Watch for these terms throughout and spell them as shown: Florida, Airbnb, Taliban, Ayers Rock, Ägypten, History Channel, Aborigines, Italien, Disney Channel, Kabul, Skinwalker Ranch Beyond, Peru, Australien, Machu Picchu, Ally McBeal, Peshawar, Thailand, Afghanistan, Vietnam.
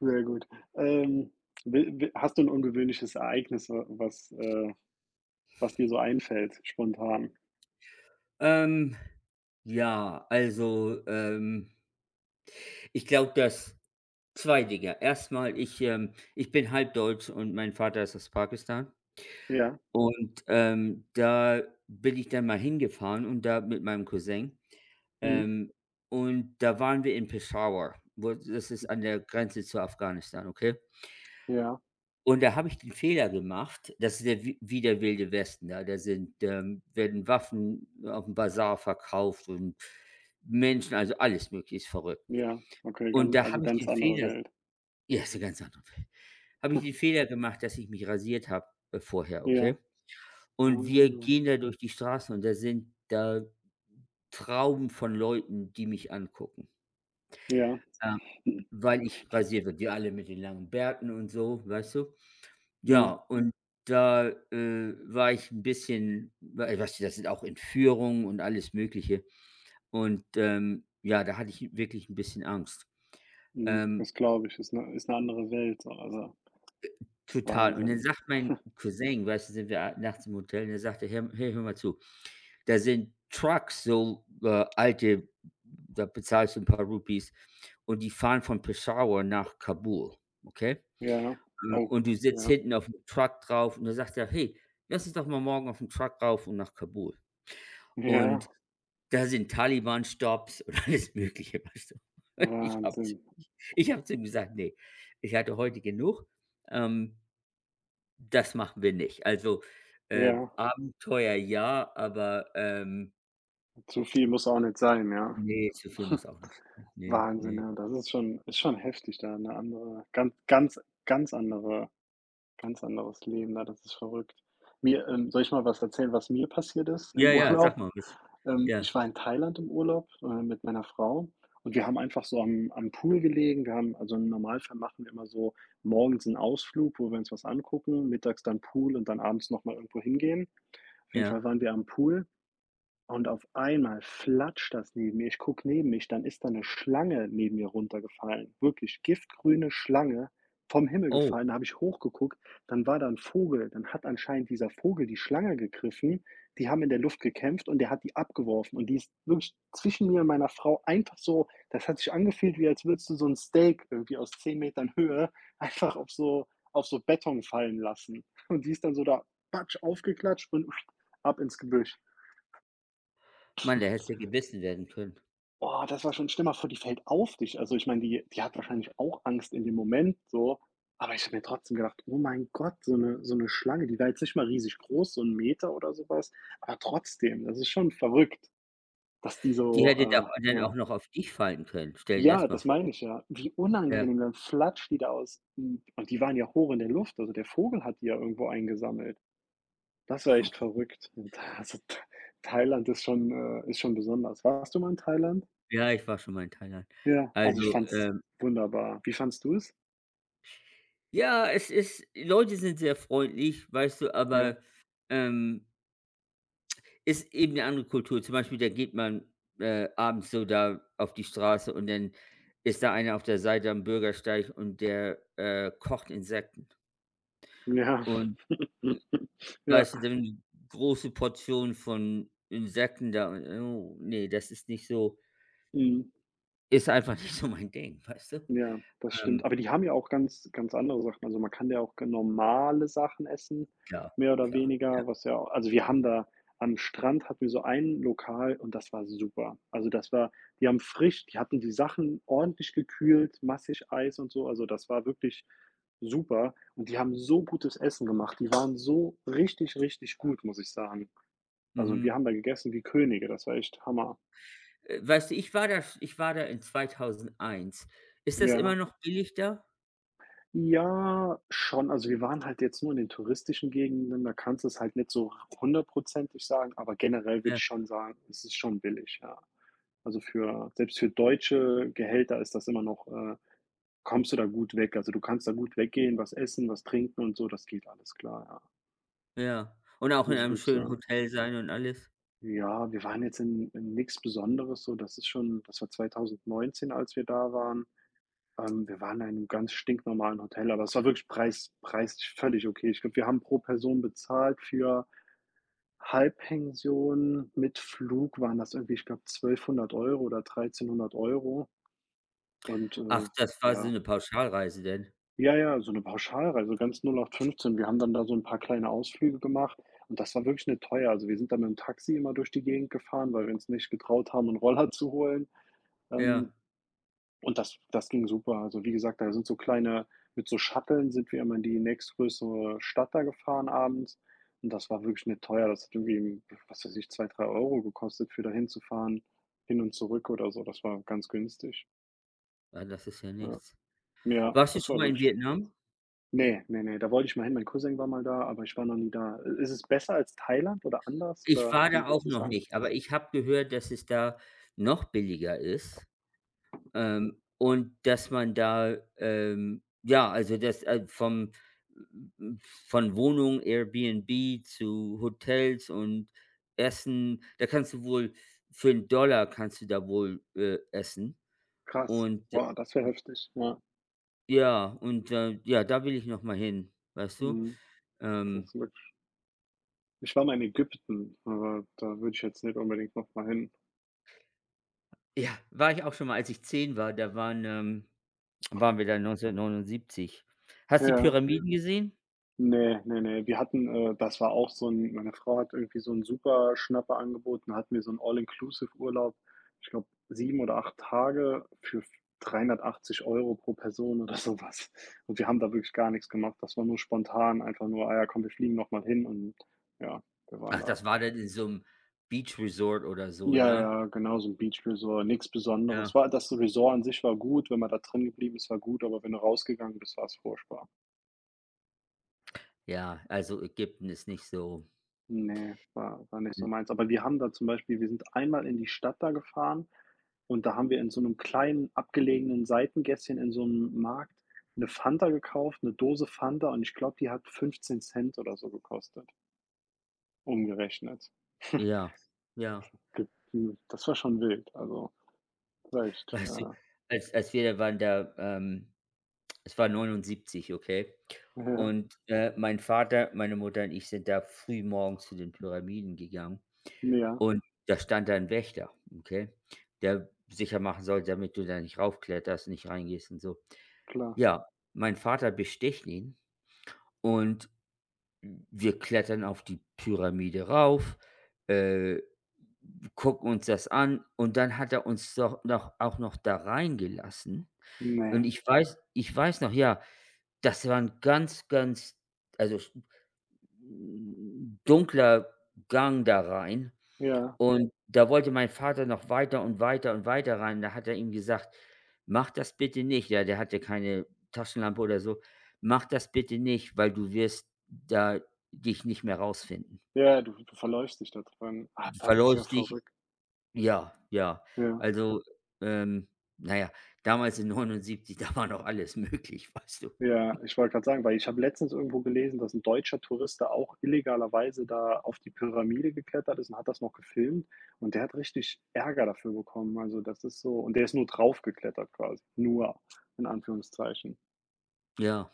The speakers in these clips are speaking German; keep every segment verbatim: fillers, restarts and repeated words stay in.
Sehr gut. Ähm, wi wi hast du ein ungewöhnliches Ereignis, wa was äh, was dir so einfällt, spontan? Ähm, ja, also, ähm, ich glaube, dass zwei Dinge. Erstmal, ich, ähm ich bin halb deutsch und mein Vater ist aus Pakistan. Ja. Und, ähm, da bin ich dann mal hingefahren und da mit meinem Cousin, Mhm. ähm, und da waren wir in Peshawar, wo das ist, an der Grenze zu Afghanistan, okay? Ja, Und da habe ich den Fehler gemacht, das ist der wie wie der Wilde Westen, ja. Da sind, ähm werden Waffen auf dem Basar verkauft und Menschen, also alles möglich ist verrückt. ja. Okay, Und, mhm, gan da also habe ich ganz den andere Fehler, Welt. ja, ist eine ganz andere Welt. Habe ich den Fehler gemacht, dass ich mich rasiert habe, äh, vorher, Ja. okay? Und wir Ah. gehen da durch die Straßen und da sind da Trauben von Leuten, die mich angucken, Ja. ja, weil ich rasiert bin. Wir alle mit den langen Bärten und so, weißt du? Ja, Mhm, und da, äh, war ich ein bisschen wei weißt du, das sind auch Entführungen und alles Mögliche. Und, ähm, ja, da hatte ich wirklich ein bisschen Angst. mhm. Ähm, Das glaube ich, ist eine ist eine andere Welt so, also total. Und dann Wahnsinn. sagt mein Cousin, weißt du, sind wir a nachts im Hotel und er sagte: „Hör hey, hör mal zu, da sind Trucks, so, äh, alte, da bezahlst du ein paar Rupees und die fahren von Peshawar nach Kabul.“ Okay? Ja. Und Oh, und du sitzt ja. hinten auf dem Truck drauf und da sagt er: „Hey, lass uns doch mal morgen auf aufm Truck rauf und nach Kabul.“ Ja, Und da sind Taliban-Stops und alles Mögliche, weißt du? Ich habe Wahnsinn. ich habe zu ihm gesagt: „Nee, ich hatte heute genug, ähm, das machen wir nicht.“ Also, äh, Ja, Abenteuer ja, aber, ähm, zu viel muss auch nicht sein, ja. ne, zu viel muss auch nicht sein. Ne, Wahnsinn, nee. ja, das ist schon ist schon heftig, da eine andere ganz ganz ganz andere ganz anderes Leben, ne? Das ist verrückt. Mir ähm, Soll ich mal was erzählen, was mir passiert ist Ja, im ja, sag Urlaub? mal was. Ähm, Ja, Ich war in Thailand im Urlaub, äh, mit meiner Frau und wir haben einfach so am am Pool gelegen. Wir haben also im Normalfall machen wir immer so morgens einen Ausflug, wo wir uns was angucken, mittags dann Pool und dann abends noch mal irgendwo hingehen. Auf jeden ja. Fall waren wir am Pool und auf einmal flatscht das neben mir. Ich gucke neben mich, dann ist da eine Schlange neben mir runtergefallen. Wirklich giftgrüne Schlange, vom Himmel Oh, gefallen. Da habe ich hochgeguckt, dann war da ein Vogel. Dann hat anscheinend dieser Vogel die Schlange gegriffen. Die haben in der Luft gekämpft und der hat die abgeworfen und die ist wirklich zwischen mir und meiner Frau einfach so das hat sich angefühlt, wie als würdest du so ein Steak irgendwie aus zehn Metern Höhe einfach auf so auf so Beton fallen lassen. Und die ist dann so da patsch aufgeklatscht und ab ins Gebüsch. Mann, da hättest du gebissen werden können. Oh, das war schon schlimmer vor die fällt auf dich. Also, ich meine, die die hat wahrscheinlich auch Angst in dem Moment so, aber ich habe mir trotzdem gedacht: „Oh mein Gott, so 'ne so 'ne Schlange", die war jetzt nicht mal riesig groß, so 'n Meter oder so was, aber trotzdem, das ist schon verrückt, dass die Die so, hätte da äh, dann ja auch noch auf dich fallen können. Stell dir ja, das mal das vor. meine ich ja. Wie Ja, unangenehm, dann flatscht die da aus und und die waren ja hoch in der Luft, also, der Vogel hat die ja irgendwo eingesammelt. Das war echt verrückt. Und da also, Tha Thailand ist schon, äh ist schon besonders. Warst du mal in Thailand? ja, ich war schon mal in Thailand. Ja, also ich Also, fand's ähm, wunderbar. Wie fandst du's? ja, es ist die Leute sind sehr freundlich, weißt du, Ja. aber, ähm, ist eben eine andere Kultur. Zum Beispiel, da geht man, äh, abends so da auf die Straße und dann ist da einer auf der Seite am Bürgersteig und der, äh, kocht Insekten. Ja. Und Ja. weißt du, dann große Portionen von Insekten da, und oh, ne, das ist nicht so, Mhm. ist einfach nicht so mein Ding, weißt du? Ja, das stimmt. Ähm, Aber die haben ja auch ganz ganz andere Sachen. Also, man kann ja auch g normale Sachen essen, klar, mehr oder klar. weniger, was ja also wir haben da am Strand hatten wir so ein Lokal und das war super. Also, das war die haben frisch die hatten die Sachen ordentlich gekühlt, massig Eis und so. Also, das war wirklich super und die haben so gutes Essen gemacht. Die waren so richtig, richtig gut, muss ich sagen. Also, wir Mhm. haben da gegessen wie Könige, das war echt Hammer. Äh, weißt du, ich war da ich war da in zweitausendeins. Ist das immer Ja. noch billig da? Ja, schon. Also, wir waren halt jetzt nur in den touristischen Gegenden, da kannst du es halt nicht so hundertprozentig sagen, aber generell würde Ja, ich schon sagen, es ist schon billig, ja. Also, für selbst für deutsche Gehälter ist das immer noch äh, kommst du da gut weg. Also, du kannst da gut weggehen, was essen, was trinken und so, das geht alles klar, ja, ja. Und auch in muss ich einem wirklich schönen sagen. Hotel sein und alles? Ja, wir waren jetzt in in nix Besonderes so. Das ist schon das war zweitausendneunzehn, als wir da waren. Ähm, wir waren in einem ganz stinknormalen Hotel, aber es war wirklich preis preislich völlig okay. Ich glaube, wir haben pro Person bezahlt für Halbpension mit Flug waren das irgendwie, ich glaube, eintausendzweihundert Euro oder eintausenddreihundert Euro? Und, Ach, äh, das war so ja. eine Pauschalreise denn? Ja, ja, so 'ne Pauschalreise, ganz null acht fünfzehn. Wir haben dann da so ein paar kleine Ausflüge gemacht und das war wirklich nicht teuer. Also, wir sind dann mit dem Taxi immer durch die Gegend gefahren, weil wir uns nicht getraut haben, einen Roller zu holen. Ähm, Ja. Und das das ging super. Also, wie gesagt, da sind so kleine mit so Shuttlen sind wir immer in die nächstgrößere Stadt da gefahren abends und das war wirklich nicht teuer. Das hat irgendwie, was weiß ich, zwei drei Euro gekostet, für dahin zu fahren hin und zurück oder so. Das war ganz günstig. Ah, das ist ja Ja. nichts. Ja, Warst du das schon war mal in wirklich Vietnam? ne, ne, ne, da wollte ich mal hin. Mein Cousin war mal da, aber ich war noch nie da. Ist es besser als Thailand oder anders Ich oder war wie da auch würdest du noch sagen? nicht, aber ich habe gehört, dass es da noch billiger ist. Ähm, und dass man da, ähm ja, also das, äh, vom von Wohnung, Airbnb zu Hotels und Essen, da kannst du wohl für einen Dollar kannst du da wohl, äh, essen. Krass. Und äh, Wow, das wäre heftig. Ja, ja, und, äh, ja, da will ich noch mal hin, weißt du? mhm. Das Ähm, ist wirklich ich war mal in Ägypten, aber da würde ich jetzt nicht unbedingt noch mal hin. ja, war ich auch schon mal, als ich zehn war, da waren, ähm waren wir da neunzehnhundertneunundsiebzig. Hast du die Ja. Pyramiden gesehen? Nee, nee, nee. Wir hatten, äh das war auch so ein, meine Frau hat irgendwie so 'n super Schnapper angeboten. Da hatten wir so einen All-Inclusive-Urlaub, ich glaube sieben oder acht Tage für dreihundertachtzig Euro pro Person oder sowas. Und wir haben da wirklich gar nichts gemacht. Das war nur spontan, einfach nur: „Ah ja, komm, wir fliegen noch mal hin" und ja, wir waren Ach, da. das war dann in so einem Beach Resort oder so, Ja, ja? ja, genau, so 'n Beach Resort, nix Besonderes. Ja, War das Resort an sich war gut, wenn man da drin geblieben ist, war gut, aber wenn du rausgegangen bist, war's furchtbar. ja, also Ägypten ist nicht so, Ne, war war nicht so meins. Aber wir haben da zum Beispiel wir sind einmal in die Stadt da gefahren und da haben wir in so 'nem kleinen abgelegenen Seitengässchen in so 'nem Markt 'ne Fanta gekauft, 'ne Dose Fanta und ich glaube, die hat fünfzehn Cent oder so gekostet, umgerechnet. ja, ja. Ge hm, das war schon wild, also, das war echt, Weißt du, äh als als wir da waren, da, ähm es war neunundsiebzig, okay? ja, Und, äh, mein Vater, meine Mutter und ich sind da früh morgens zu den Pyramiden gegangen ja, und da stand da ein Wächter, okay, der sicher machen soll, damit du da nicht raufkletterst, nicht reingehst und so. klar. Ja, mein Vater besticht ihn und wir klettern auf die Pyramide rauf, äh, gucken uns das an und dann hat er uns doch noch, auch noch da reingelassen. Ne, Und ich weiß ich weiß noch, ja, das war ein ganz, ganz, also, sch- dunkler Gang da rein, ja. und da wollte mein Vater noch weiter und weiter und weiter rein. Da hat er ihm gesagt: „Mach das bitte nicht.“ Ja, der hatte keine Taschenlampe oder so. „Mach das bitte nicht, weil du wirst da dich nicht mehr rausfinden. Ja, du du verläufst dich da drin. Ah, Du das ist ja verläufst dich.“ verrückt. Ja, ja. Ja, Also, ähm, na ja, damals in neunundsiebzig, da war noch alles möglich, weißt du? ja, ich wollte gerade sagen, weil ich habe letztens irgendwo gelesen, dass ein deutscher Tourist da auch illegalerweise da auf die Pyramide geklettert ist und hat das noch gefilmt und der hat richtig Ärger dafür bekommen. Also, das ist so und der ist nur draufgeklettert quasi. Nur, in Anführungszeichen. Ja,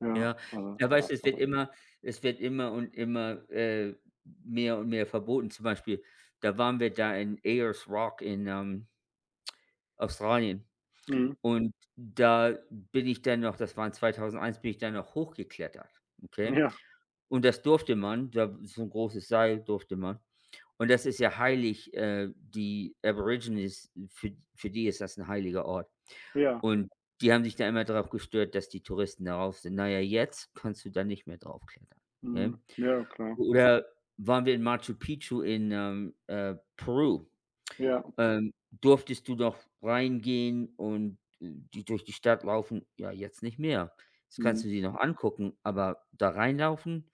Ja, ja. also, Ja, aber weißt du, es wird verrückt. immer es wird immer und immer, äh, mehr und mehr verboten. Zum Beispiel, da waren wir da in Ayers Rock in, ähm Australien. Mhm. Und da bin ich dann noch, das war in zweitausendeins, bin ich dann noch hochgeklettert, okay? Ja, Und das durfte man, da so ein großes Seil, durfte man. Und das ist ja heilig, äh, die Aborigines, für für die ist das ein heiliger Ort. ja. Und die haben sich da immer darauf gestört, dass die Touristen darauf sind. Na ja, jetzt kannst du da nicht mehr draufklettern, ne? Mhm. Ja, klar. Oder waren wir in Machu Picchu in, ähm, äh, Peru. Ja, Ähm, durftest du noch reingehen und, äh, die durch die Stadt laufen? Ja, jetzt nicht mehr. Jetzt mhm. kannst du sie noch angucken, aber da reinlaufen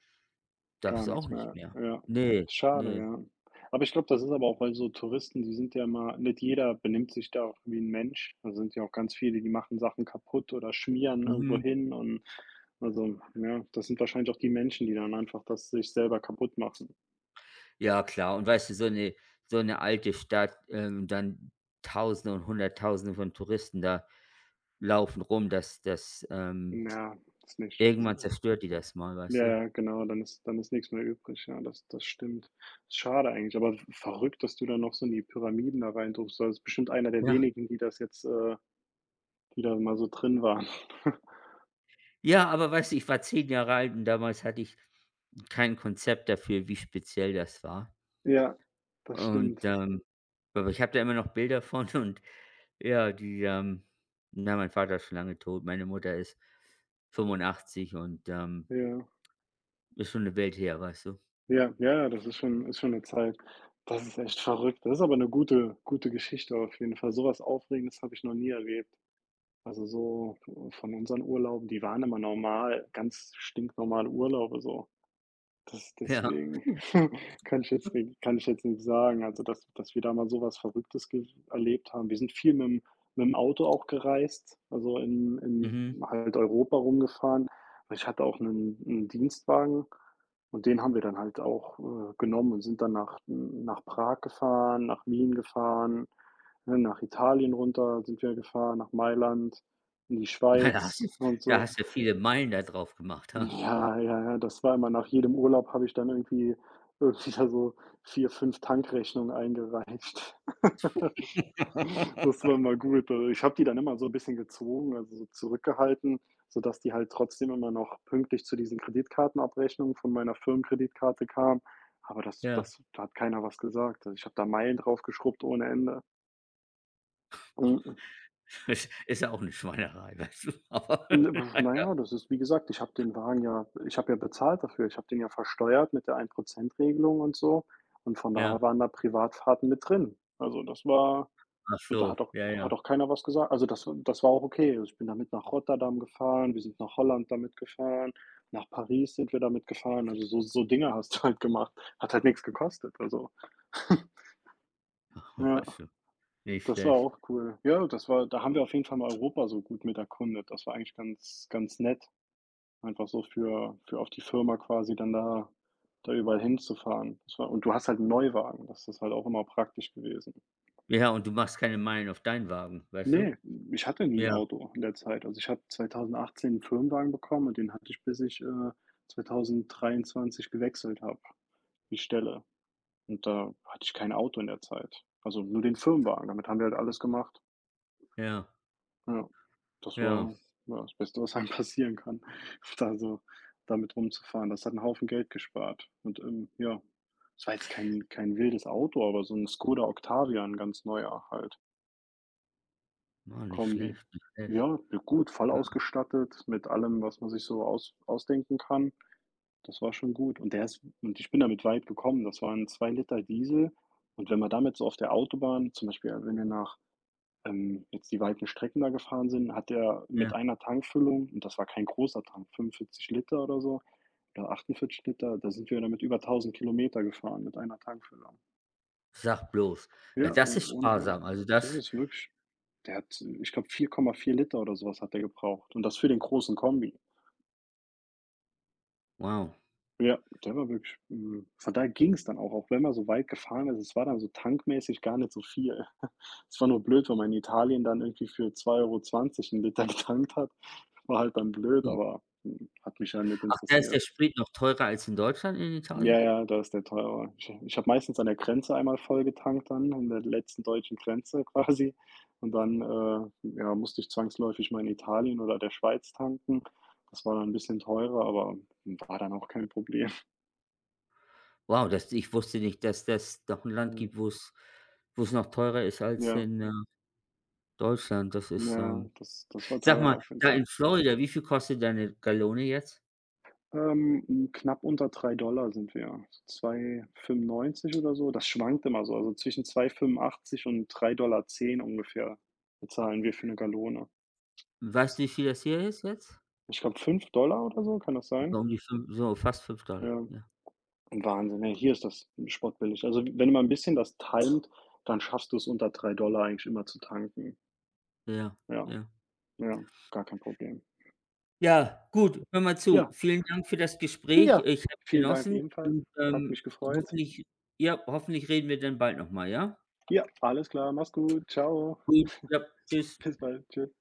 Gar darfst du auch nichts nicht mehr, mehr. ja. Ne, Schade, ne. ja. Aber ich glaube, das ist aber auch weil so Touristen, die sind ja mal nicht jeder benimmt sich da auch wie ein Mensch. Da sind ja auch ganz viele, die machen Sachen kaputt oder schmieren irgendwo Mhm. hin und also, ja, das sind wahrscheinlich auch die Menschen, die dann einfach das sich selber kaputt machen. Ja, klar, und weißt du, so eine so eine alte Stadt, ähm, dann Tausende und Hunderttausende von Touristen da laufen rum, das das, ähm Ja, ist nicht irgendwann mhm. zerstört die das mal, weißt Ja, du? ja, genau, dann ist dann ist nichts mehr übrig. Ja, das das stimmt. Schade eigentlich, aber verrückt, dass du da noch so in die Pyramiden da rein durftest. Ist bestimmt einer der Ja. wenigen, die das jetzt äh, die da mal so drin waren. Ja, aber weißt du, ich war zehn Jahre alt und damals hatte ich kein Konzept dafür, wie speziell das war. Ja, das Und, stimmt. ähm, aber ich habe da immer noch Bilder von und ja, die, ähm na, mein Vater ist schon lange tot, meine Mutter ist fünfundachtzig und, ähm, Ja, ist schon eine Welt her, weißt du? ja, ja, ja, das ist schon ist schon eine Zeit. Das ist echt verrückt. Das ist aber eine gute gute Geschichte auf jeden Fall. Sowas Aufregendes habe ich noch nie erlebt. Also, so von unseren Urlauben, die waren immer normal, ganz stinknormale Urlaube so. Das Ja. deswegen Ja. kann ich jetzt ni kann ich jetzt nicht sagen, also, dass dass wir da mal sowas Verrücktes ge erlebt haben. Wir sind viel mit mit'm Auto auch gereist, also, in in Mhm. halt Europa rumgefahren. Ich hatte auch einen 'n Dienstwagen und den haben wir dann halt auch, äh, genommen und sind dann nach nach Prag gefahren, nach Wien gefahren, ne, nach Italien runter sind wir gefahren, nach Mailand, in die Na, da hast du Schweiz und da so. hast du viele Meilen da drauf gemacht, ha? Ja, ja, ja, das war immer nach jedem Urlaub habe ich dann irgendwie irgendwie da so vier, fünf Tankrechnungen eingereicht. Das war immer gut. Also, ich habe die dann immer so ein bisschen gezwungen, also, so zurückgehalten, sodass die halt trotzdem immer noch pünktlich zu diesen Kreditkartenabrechnungen von meiner Firmenkreditkarte kam. Aber das Ja, das da hat keiner was gesagt. Also, ich habe da Meilen drauf geschrubbt ohne Ende. Mhm. ist ist ja auch eine Schweinerei, weißt du, aber N na Na ja. ja, das ist wie gesagt, ich habe den Wagen ja ich habe ja bezahlt dafür. Ich habe den ja versteuert mit der Ein-Prozent-Regelung und so. Und von Ja, daher waren da Privatfahrten mit drin. Also, das war ach und da so, hat auch ja, ja. hat auch keiner was gesagt. Also, das das war auch okay. Also, ich bin damit nach Rotterdam gefahren, wir sind nach Holland damit gefahren, nach Paris sind wir damit gefahren. Also, so so Dinge hast du halt gemacht. Hat halt nichts gekostet, also. Ja, Weißt du, nicht das war schlecht. auch cool. Ja, das war da haben wir auf jeden Fall mal Europa so gut mit erkundet. Das war eigentlich ganz ganz nett. Einfach so für für auf die Firma quasi dann da da überall hinzufahren. Das war und du hast halt einen Neuwagen, das ist halt auch immer praktisch gewesen. Ja, und du machst keine Meilen auf deinen Wagen, weißt du? Nee, ich hatte nie ein Ja, Auto in der Zeit. Also, ich habe zweitausendachtzehn einen Firmenwagen bekommen und den hatte ich, bis ich, äh, zweitausenddreiundzwanzig gewechselt habe, die Stelle. Und da hatte ich kein Auto in der Zeit. Also, nur den Firmenwagen, damit haben wir halt alles gemacht. ja, Ja, das ja. war, ja, das Beste, was einem passieren kann, da so damit rumzufahren. Das hat einen Haufen Geld gespart und, ähm, ja, es war jetzt kein kein wildes Auto, aber so ein Skoda Octavia, ein ganz neuer halt, Ah, nicht Kombi. schlecht, nicht schlecht. Ja, ja, gut, voll ausgestattet mit allem, was man sich so aus ausdenken kann. Das war schon gut und der ist und ich bin damit weit gekommen. Das waren zwei Liter Diesel und wenn man damit so auf der Autobahn zum Beispiel, wenn wir nach ähm, jetzt die weiten Strecken da gefahren sind, hat er mit Ja, einer Tankfüllung und das war kein großer Tank, fünfundvierzig Liter oder so oder achtundvierzig Liter, da sind wir damit über tausend Kilometer gefahren mit einer Tankfüllung. sag bloß. Ja, Ja, das o ist ohne Scheiß. sparsam. Also Das das, ist wirklich der hat, ich glaube, vier Komma vier Liter oder sowas hat er gebraucht und das für den großen Kombi. wow. Ja, der war wirklich, mhm, von daher ging's dann auch, auch wenn man so weit gefahren ist. Es war dann so tankmäßig gar nicht so viel. Es war nur blöd, wenn man in Italien dann irgendwie für zwei Euro zwanzig einen Liter getankt hat. War halt dann blöd, Hm. aber, hm, hat mich ja nicht Ach, da ist interessiert. der Sprit noch teurer als in Deutschland, in Ja, Italien? ja, da ist der teurer. Ich ich habe meistens an der Grenze einmal voll getankt dann, an der letzten deutschen Grenze quasi. Und dann, äh, ja, musste ich zwangsläufig mal in Italien oder der Schweiz tanken. Das war dann ein bisschen teurer, aber war dann auch kein Problem. Wow, das, ich wusste nicht, dass das noch 'n Land Mhm. gibt, wo's wo's noch teurer ist als Ja. in, äh, Deutschland. Das ist, Ja, ähm das das war Sag teuer mal, auf jeden da Fall. in Florida, wie viel kostet deine Gallone jetzt? Ähm, hm, knapp unter drei Dollar sind wir. Ja. Zwei Komma fünfundneunzig oder so. Das schwankt immer so. Also zwischen zwei Komma fünfundachtzig und drei Dollar zehn ungefähr bezahlen wir für eine Gallone. Weißt du, wie viel das hier ist jetzt? Ich glaube fünf Dollar oder so, kann das So sein? um die fünf, so fast fünf Dollar Ja. ja. Wahnsinn, ja. Hier ist das spottbillig. Also, wenn man ein bisschen das timet, dann schaffst du es unter drei Dollar eigentlich immer zu tanken. Ja, Ja, ja. ja, gar kein Problem. Ja, gut, hör mal zu. Ja, Vielen Dank für das Gespräch. ja. Ich habe Vielen Dank genossen ebenfalls. und, Hat ähm, mich gefreut. hoffentlich ja, hoffentlich reden wir dann bald noch mal, ja? Ja, alles klar. Mach's gut. Ciao. Gut, ja, tschüss. Bis bald. Tschüss.